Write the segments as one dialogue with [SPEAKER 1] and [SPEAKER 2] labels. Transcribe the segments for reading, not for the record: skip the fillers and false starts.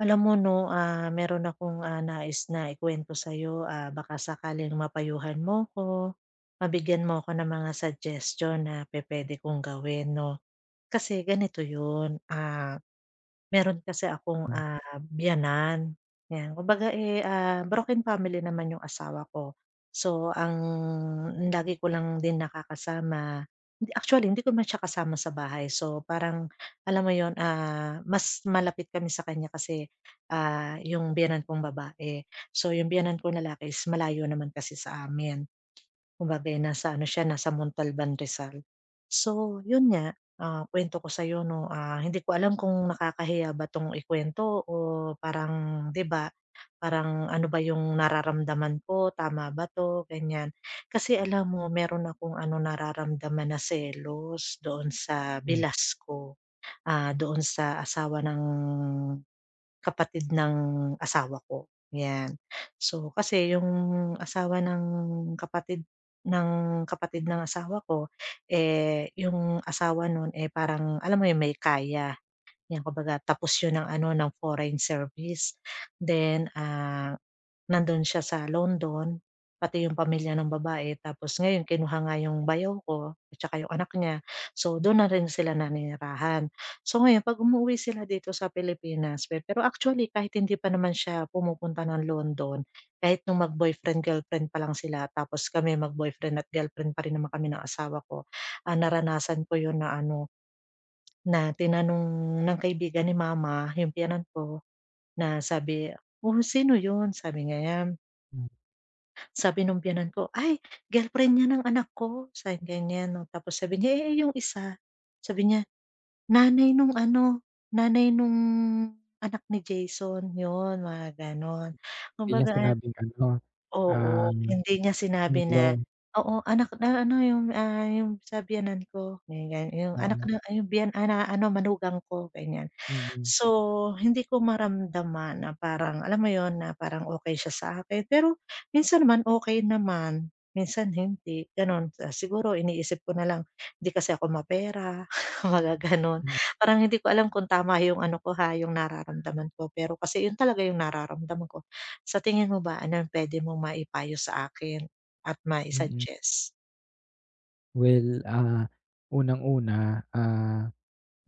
[SPEAKER 1] Alam mo 'no, meron akong, nais na ikuwento sa'yo, baka sakaling mapayuhan mo ko, mabigyan mo ako ng mga suggestion na pupuwede kong gawin 'no. Kasi ganito 'yun. Meron kasi akong,
[SPEAKER 2] Hmm,
[SPEAKER 1] biyenan, 'yan. Kumbaga, eh, broken family naman yung asawa ko. So, ang lagi ko lang din nakakasama, hindi, actually, hindi ko man siya kasama sa bahay. So, parang alam mo yon, mas malapit kami sa kanya kasi, yung biyenan kong babae. So, yung biyenan kong lalaki is malayo naman kasi sa amin. Kumbaga, eh, nasa ano siya, nasa Montalban, Rizal. So, yun nga, kuwento ko sa'yo 'no, hindi ko alam kung nakakahiya ba 'tong ikuwento o parang 'di ba, parang ano ba yung nararamdaman ko, tama ba 'to, ganyan. Kasi alam mo meron akong ano nararamdaman na selos doon sa
[SPEAKER 2] hmm,
[SPEAKER 1] bilas ko, doon sa asawa ng kapatid ng asawa ko, 'yan. So, kasi yung asawa ng kapatid kapatid ng asawa ko, eh, yung asawa nun, eh, parang alam mo yun may kaya, 'yan, kumbaga, tapos yun ng ano ng foreign service. Then, nandun siya sa London, pati yung pamilya ng babae, tapos ngayon kinuha nga yung bayaw ko at saka yung anak niya. So, dun na rin sila naninirahan. So, ngayon 'pag umuuwi sila dito sa Pilipinas, pero actually kahit hindi pa naman siya pumupunta ng London, kahit nung mag-boyfriend, girlfriend pa lang sila, tapos kami mag-boyfriend at girlfriend pa rin naman kami ng asawa ko, naranasan ko yun na ano, na tinanong ng kaibigan ni mama yung pinsan ko na sabi, "Oh, sino yun?" Sabi niya
[SPEAKER 2] hmm.
[SPEAKER 1] sabi nung biyenan ko, "Ay, girlfriend niya ng anak ko," sabi ganyan 'no. Tapos sabi niya, "Eh, yung isa," sabi niya, "Nanay nung ano, nanay nung anak ni Jason." Yun, mga gano'n.
[SPEAKER 2] 'Di niya
[SPEAKER 1] Kumbaga,
[SPEAKER 2] sinabing ano, ah,
[SPEAKER 1] oo, hindi niya sinabi
[SPEAKER 2] in-law,
[SPEAKER 1] na, oo, anak na ano yung, yung sa biyenan ko, ganyan, ganyan, yung anak
[SPEAKER 2] oo,
[SPEAKER 1] na yung ano, manugang ko, ganyan.
[SPEAKER 2] mm,
[SPEAKER 1] So, hindi ko maramdaman na parang alam mo yun, na parang okay siya sa akin. Pero minsan naman okay naman, minsan hindi, gano'n. Siguro iniisip ko na lang, hindi kasi ako mapera, mga gano'n.
[SPEAKER 2] mm, mm.
[SPEAKER 1] Parang hindi ko alam kung tama yung ano ko, ha, yung nararamdaman ko, pero kasi yun talaga yung nararamdaman ko. Sa tingin mo ba, anong puwede mong maipayo sa akin at
[SPEAKER 2] Mm.
[SPEAKER 1] mai-suggest?
[SPEAKER 2] Well, unang-una, ah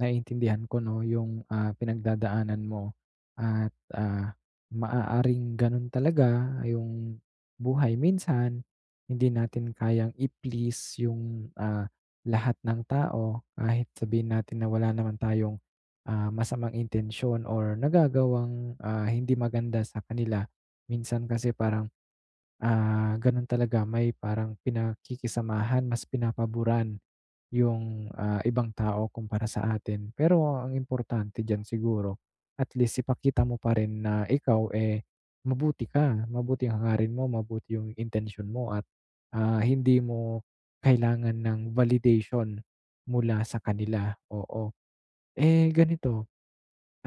[SPEAKER 2] naiintindihan ko 'no yung, pinagdadaanan mo at, maaaring ganun talaga yung buhay minsan. Hindi natin kayang i-please yung, lahat ng tao kahit sabihin natin na wala naman tayong, masamang intensyon or nagagawang, hindi maganda sa kanila. Minsan kasi parang gano'n talaga, may parang pinakikisamahan, mas pinapaboran yung, ibang tao kumpara sa atin. Pero ang importante diyan siguro, at least ipakita mo pa rin na ikaw, eh, mabuti ka, mabuti ang hangarin mo, mabuti yung intention mo, at, hindi mo kailangan ng validation mula sa kanila, oo. Eh, ganito,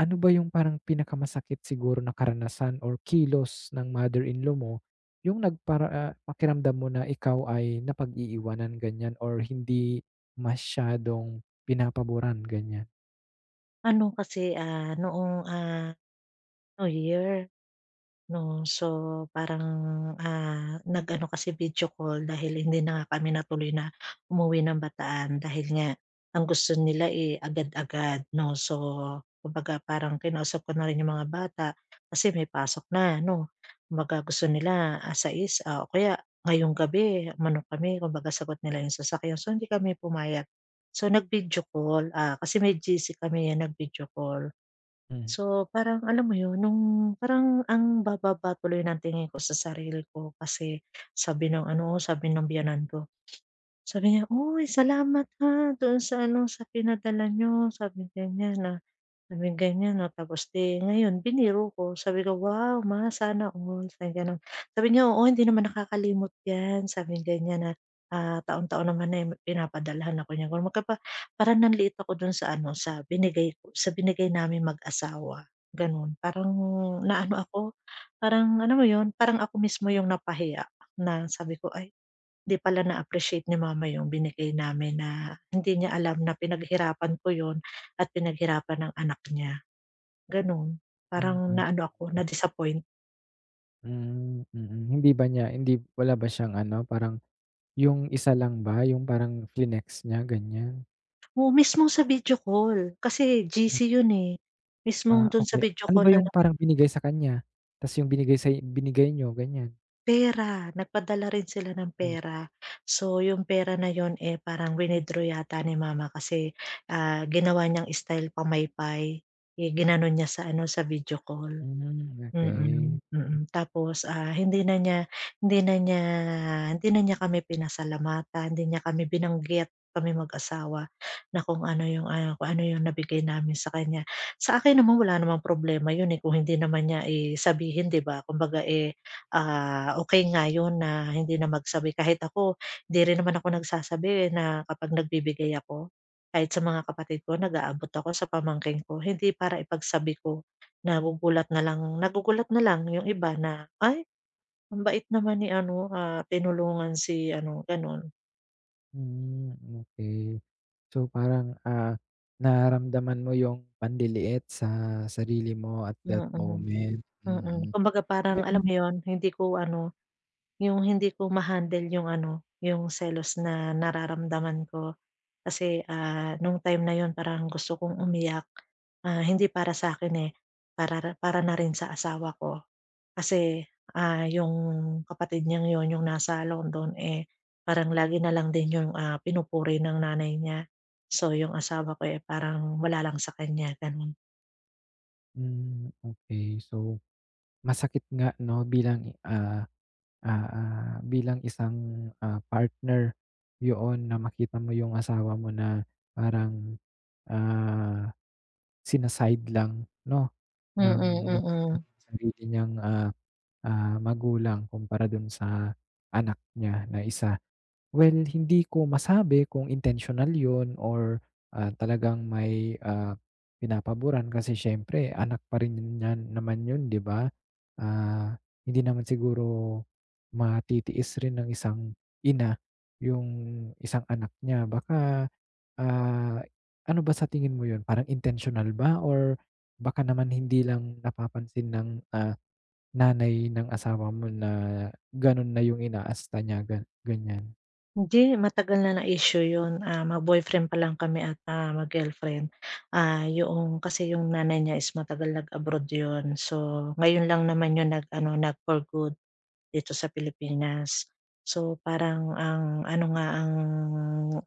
[SPEAKER 2] ano ba yung parang pinakamasakit siguro na karanasan or kilos ng mother-in-law mo, yung pakiramdam mo na ikaw ay napag-iiwanan, ganyan, or hindi masyadong pinapaboran, ganyan?
[SPEAKER 1] Ano kasi, noong, New Year 'no, so parang, nag-ano kasi video call dahil hindi na nga kami natuloy na umuwi ng Bataan dahil nga ang gusto nila, eh, agad-agad 'no. So, kumbaga parang kinausap ko na rin yung mga bata kasi may pasok na 'no. Kumbaga gusto nila, asa is, 6 o kaya ngayong gabi mano kami, kumbaga sagot nila yung sasakyan, so hindi kami pumayag. So nag-video call, kasi may GC kami, eh, nag-video call.
[SPEAKER 2] Hmm.
[SPEAKER 1] So, parang alam mo yun, nung parang ang bababa tuloy ng tingin ko sa sarili ko kasi sabi ng ano, sabi ng biyenan ko, sabi niya, "Uy, salamat ha, doon sa ano, sa pinadala niyo." Sabi niya na sabi ganyan 'no, tapos 'di ngayon biniro ko, sabi ko, "Wow, ma, sana all." Sabi gano'n. Sabi niya, "Oo, hindi naman nakakalimot 'yan," sabi ganyan na, taon-taon naman na, eh, pinapadalhan ako niya. Kung pa Parang nanliit ako do'n sa ano, sa binigay ko, sa binigay namin mag-asawa, gano'n. Parang naano ako, parang alam mo 'yun, parang ako mismo yung napahiya na sabi ko, "Ay, 'di pala na-appreciate ni mama yung binigay namin na hindi niya alam na pinaghirapan ko yun at pinaghirapan ng anak niya, gano'n." Parang
[SPEAKER 2] Mm.
[SPEAKER 1] naano ako, na-disappoint.
[SPEAKER 2] Hmm, mm. Hindi ba niya hindi wala ba siyang ano, parang yung isa lang ba, yung parang flinex niya, ganyan?
[SPEAKER 1] Oo, mismo sa video call, kasi
[SPEAKER 2] Hmm,
[SPEAKER 1] GC yun, eh. Mismong dun sa
[SPEAKER 2] okey.
[SPEAKER 1] video
[SPEAKER 2] Ano
[SPEAKER 1] call
[SPEAKER 2] ba
[SPEAKER 1] na
[SPEAKER 2] yung parang binigay sa kanya, tas yung binigay niyo, ganyan?
[SPEAKER 1] pera, nagpadala rin sila ng
[SPEAKER 2] Hmm,
[SPEAKER 1] pera. So, yung pera na yun, eh, parang wini-draw yata ni mama kasi, ginawa niyang style pamaypay, eh, ginanon niya sa ano, sa video call.
[SPEAKER 2] hmm, okey.
[SPEAKER 1] Mm, mm. Tapos, hindi na niya hindi na niya hindi na niya kami pinasalamatan, hindi niya kami binanggit, kami mag-asawa, na kung ano yung nabigay namin sa kanya. Sa akin naman wala namang problema yun, eh, kung hindi naman niya, eh, sabihin, 'di ba? Kumbaga, eh, okey nga yun na hindi na magsabi. Kahit ako, hindi rin naman ako nagsasabi, eh, na kapag nagbibigay ako, kahit sa mga kapatid ko nag-aabot ako sa pamangkin ko, hindi para ipagsabi ko. Nagugulat na lang yung iba na, "Ay, ang bait naman ni ano, ah, tinulungan si ano," gano'n.
[SPEAKER 2] Hmm, okey. So, parang, nararamdaman mo yung panliliit sa sarili mo at that
[SPEAKER 1] Mm,
[SPEAKER 2] moment,
[SPEAKER 1] mm.
[SPEAKER 2] mm.
[SPEAKER 1] Kumbaga parang alam
[SPEAKER 2] Well,
[SPEAKER 1] mo yun, hindi ko ano, yung hindi ko ma-handle yung ano, yung selos na nararamdaman ko. Kasi, nung time na yun parang gusto kong umiyak, hindi para sa'kin, eh, para para na rin sa asawa ko. Kasi, yung kapatid niyang yon yung nasa London, eh, parang lagi na lang din yung, pinupuri ng nanay niya. So, yung asawa ko, eh, parang wala lang sa kanya, gano'n.
[SPEAKER 2] hmm, okey. So, masakit nga 'no bilang, ah, bilang isang, partner, yoon, na makita mo yung asawa mo na parang, ah, sina-side lang 'no
[SPEAKER 1] Mm,
[SPEAKER 2] ng
[SPEAKER 1] mm.
[SPEAKER 2] sarili niyang, magulang kumpara dun sa anak niya na isa. Well, hindi ko masabi kung intentional 'yun or, talagang may, pinapaboran, kasi siyempre anak pa rin niya naman 'yun, 'di ba? Hindi naman siguro matitiis rin ng isang ina yung isang anak niya. Baka, ah, ano ba sa tingin mo 'yun, parang intentional ba, or baka naman hindi lang napapansin ng, ah, nanay ng asawa mo na gano'n na yung inaasta niya, ganiyan?
[SPEAKER 1] Hindi, matagal na na issue yun, mag-boyfriend pa lang kami at, mag-girlfriend. Yung kasi yung nanay niya is matagal nag-abroad yun. So, ngayon lang naman yun nag-ano, nag for good dito sa Pilipinas. So, parang ang ano nga, ang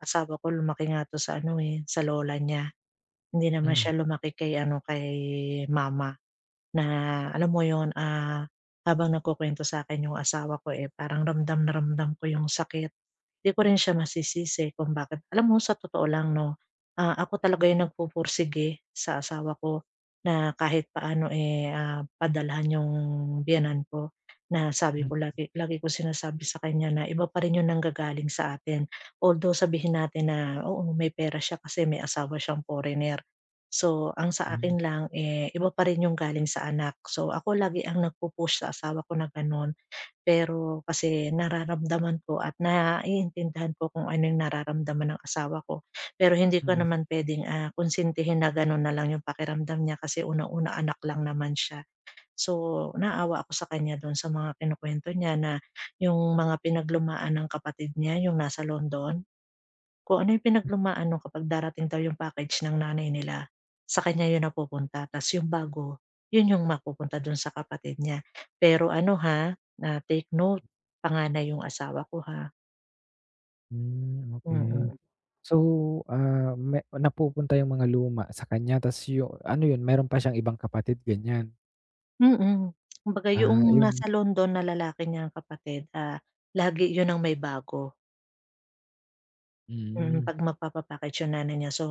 [SPEAKER 1] asawa ko lumaki nga 'to sa ano, eh, sa lola niya. Hindi naman
[SPEAKER 2] Hmm.
[SPEAKER 1] siya lumaki kay ano, kay mama. Na alam mo yon, habang nagkukwento sa akin yung asawa ko, eh, parang ramdam na ramdam ko yung sakit. 'Di ko rin siya masisisi kung bakit, alam mo sa totoo lang 'no, ako talaga yung nagpupursige sa asawa ko na kahit paano, eh, padalhan yung biyenan ko, na sabi ko lagi lagi ko sinasabi sa kanya na iba pa rin yung nanggagaling sa atin. Although sabihin natin na oo, may pera siya kasi may asawa siyang foreigner. So, ang sa
[SPEAKER 2] Hmm,
[SPEAKER 1] akin lang, eh, iba pa rin yung galing sa anak. So, ako lagi ang nagpu-push sa asawa ko na gano'n. Pero kasi nararamdaman ko at naiintindihan ko kung ano yung nararamdaman ng asawa ko. Pero hindi ko
[SPEAKER 2] mm,
[SPEAKER 1] naman puwedeng, konsintihin na gano'n na lang yung pakiramdam niya kasi unang-una anak lang naman siya. So, naawa ako sa kanya do'n sa mga kinukuwento niya na yung mga pinaglumaan ng kapatid niya, yung nasa London. Kung ano yung pinaglumaan nun kapag darating daw yung package ng nanay nila, sa kanya yun napupunta, ta's yung bago, yun yung mapupunta dun sa kapatid niya. Pero ano, ha, na take note, panganay yung asawa ko, ha.
[SPEAKER 2] hmm, okey.
[SPEAKER 1] Mm,
[SPEAKER 2] So, ah, me napupunta yung mga luma sa kanya ta's ano yun, meron pa siyang ibang kapatid ganyan?
[SPEAKER 1] mm. Kumbaga
[SPEAKER 2] Ah,
[SPEAKER 1] yoong
[SPEAKER 2] yung
[SPEAKER 1] nasa London na lalaki niyang kapatid, lagi yun ang may bago, mm,
[SPEAKER 2] Mm,
[SPEAKER 1] 'pag magpapa-package yung nanay niya. So,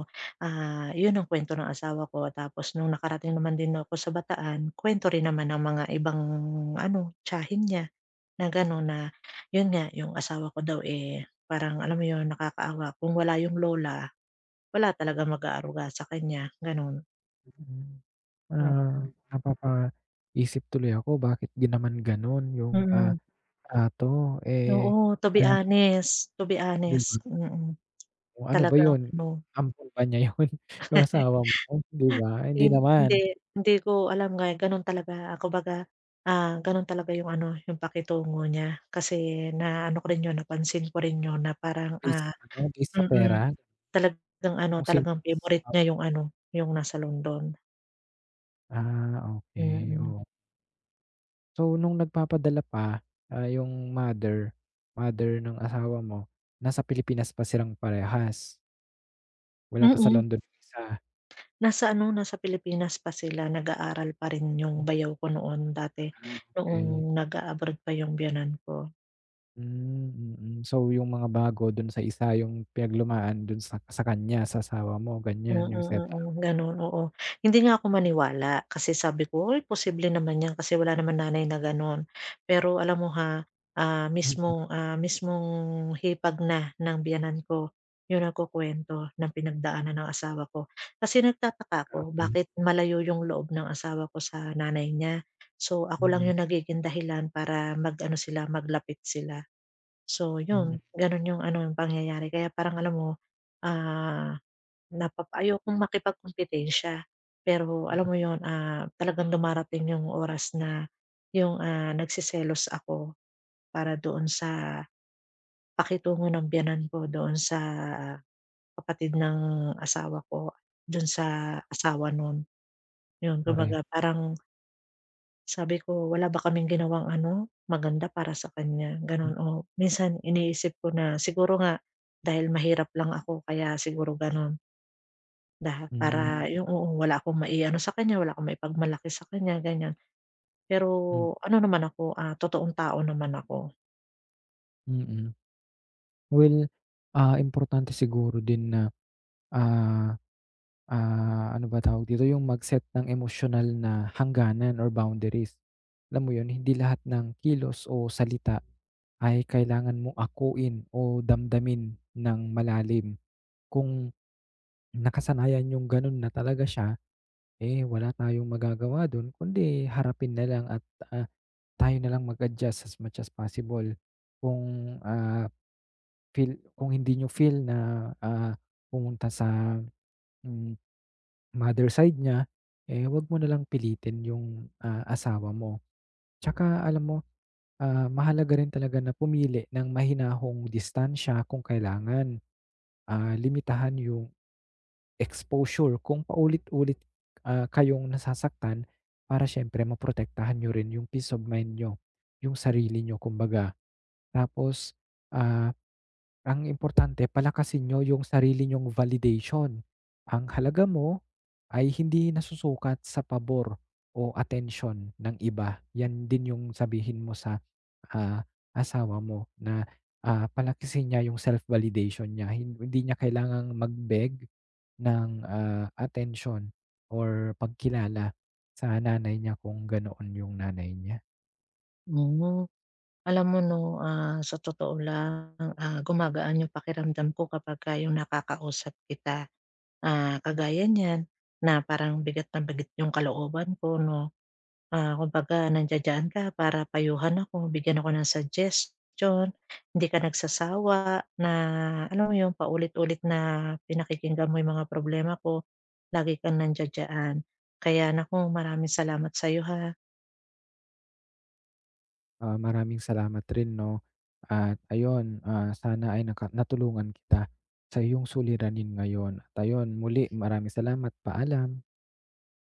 [SPEAKER 1] yun ang kuwento ng asawa ko, tapos nung nakarating naman din ako sa Bataan, kuwento rin naman ng mga ibang ano, tiyahin niya. Na gano'n na, 'yun nga, yung asawa ko daw, eh, parang alam mo 'yun, nakakaawa kung wala yung lola, wala talagang mag-aaruga sa kanya, gano'n.
[SPEAKER 2] mm.
[SPEAKER 1] Hmm,
[SPEAKER 2] ah, Napapaisip tuloy ako bakit din naman ganun yung,
[SPEAKER 1] mm.
[SPEAKER 2] ato, eh,
[SPEAKER 1] Oo,
[SPEAKER 2] parang
[SPEAKER 1] to be
[SPEAKER 2] 'di
[SPEAKER 1] honest,
[SPEAKER 2] ba,
[SPEAKER 1] mm.
[SPEAKER 2] kung ano ba
[SPEAKER 1] Talagang
[SPEAKER 2] yun,
[SPEAKER 1] ano,
[SPEAKER 2] ampon ba niya yun, yung asawa mo, 'di ba? Hindi
[SPEAKER 1] hindi,
[SPEAKER 2] naman,
[SPEAKER 1] hindi ko alam nga, eh, gano'n talaga. Kumbaga, gano'n talaga yung ano, yung pakitungo niya. Kasi naano ko rin 'yun, napansin ko rin 'yun na parang,
[SPEAKER 2] based sa ano, based sa
[SPEAKER 1] mm,
[SPEAKER 2] pera,
[SPEAKER 1] talagang ano,
[SPEAKER 2] kung sino
[SPEAKER 1] talagang favorite niya
[SPEAKER 2] mas
[SPEAKER 1] yung ano, yung nasa London, mm.
[SPEAKER 2] okey,
[SPEAKER 1] Mm.
[SPEAKER 2] oo. So, nung nagpapadala pa, yung mother mother ng asawa mo, nasa Pilipinas pa silang parehas? Wala pa sa
[SPEAKER 1] Mm,
[SPEAKER 2] London yung isa?
[SPEAKER 1] nasa ano, nasa Pilipinas pa sila, nag-aaral pa rin yung bayaw ko noon dati,
[SPEAKER 2] Ah, okey.
[SPEAKER 1] noong nag-a-abroad pa yung biyenan ko.
[SPEAKER 2] Hmm, mm. So, yung mga bago dun sa isa, yung pinaglumaan dun sa kanya, sa asawa mo,
[SPEAKER 1] Mm,
[SPEAKER 2] ganyan yung setup?
[SPEAKER 1] mm, gano'n, oo. Hindi nga ako maniwala kasi sabi ko, "Uy, posible naman 'yan kasi wala naman nanay na gano'n." Pero alam mo, ha,
[SPEAKER 2] Mm,
[SPEAKER 1] mismong hipag na ng biyenan ko 'yung nagkukuwento ng pinagdaanan ng asawa ko. Kasi nagtataka ako
[SPEAKER 2] grabe.
[SPEAKER 1] bakit malayo 'yung loob ng asawa ko sa nanay niya. So, ako lang
[SPEAKER 2] Mm,
[SPEAKER 1] 'yung nagiging dahilan para mag-ano sila, maglapit sila. So
[SPEAKER 2] mm,
[SPEAKER 1] 'yun, gano'n 'yung ano, pangyayari, kaya parang alam mo, ah Napapa ayokong makipagkompetensya. Pero alam
[SPEAKER 2] mm,
[SPEAKER 1] mo yun, talagang dumarating yung oras na yung, nagseselos ako para doon sa pakitungo ng biyenan ko doon sa kapatid ng asawa ko, dun sa asawa nun. Yun,
[SPEAKER 2] correct.
[SPEAKER 1] kumbaga parang sabi ko, "Wala ba kaming ginawang ano, maganda para sa kanya?" Ganun. O minsan iniisip ko na siguro nga dahil mahirap lang ako kaya siguro ganun. Lahat
[SPEAKER 2] Mm,
[SPEAKER 1] para yung, oo, wala akong mai-ano sa kanya, wala akong maipagmalaki sa kanya, ganyan. Pero
[SPEAKER 2] mm,
[SPEAKER 1] ano naman ako, totoong tao naman ako.
[SPEAKER 2] mm. Well, importante siguro din na, ah ano ba tawag dito, yung mag-set ng emosyonal na hangganan or boundaries. Alam mo yun, hindi lahat ng kilos o salita ay kailangan mong akuin o damdamin ng malalim. Kung nakasanayan yung ganun na talaga siya, eh, wala tayong magagawa dun kundi harapin na lang, at, ah, tayo na lang mag-adjust as much as possible. Kung, feel kung hindi niyo feel na, ah, pumunta sa hmm, Mother side niya, eh, wag mo na lang pilitin yung, asawa mo. Tsaka alam mo, mahalaga rin talaga na pumili ng mahinahong distansiya kung kailangan. Limitahan yung exposure kung paulit-ulit, kayong nasasaktan, para siyempre maprotektahan niyo rin yung peace of mind niyo, yung sarili niyo kumbaga. Tapos, ah ang importante palakasin niyo yung sarili niyong validation. Ang halaga mo ay hindi nasusukat sa pabor o attention ng iba. Yan din yung sabihin mo sa, ah, asawa mo, na, palakasin niya yung self-validation niya. Hindi niya kailangang mag-beg ng, atensyon or pagkilala sa nanay niya kung ganoon yung nanay niya.
[SPEAKER 1] Hmm. Alam mo 'no, sa totoo lang, gumagaan yung pakiramdam ko kapagka yung nakakausap kita. Kagaya niyan na parang bigat na bigat yung kalooban ko 'no. Kumbaga nandiya ka para payuhan ako, bigyan ako ng suggestion, hindi ka nagsasawa na alam mo yun, paulit-ulit na pinakikinggan mo yung mga problema ko, lagi kang nandiya-diyan. Kaya naku, maraming salamat sa'yo, ha.
[SPEAKER 2] Maraming salamat rin 'no, at ayun, sana ay natulungan kita sa iyong suliranin ngayon, at ayun, muli, maraming salamat, paalam.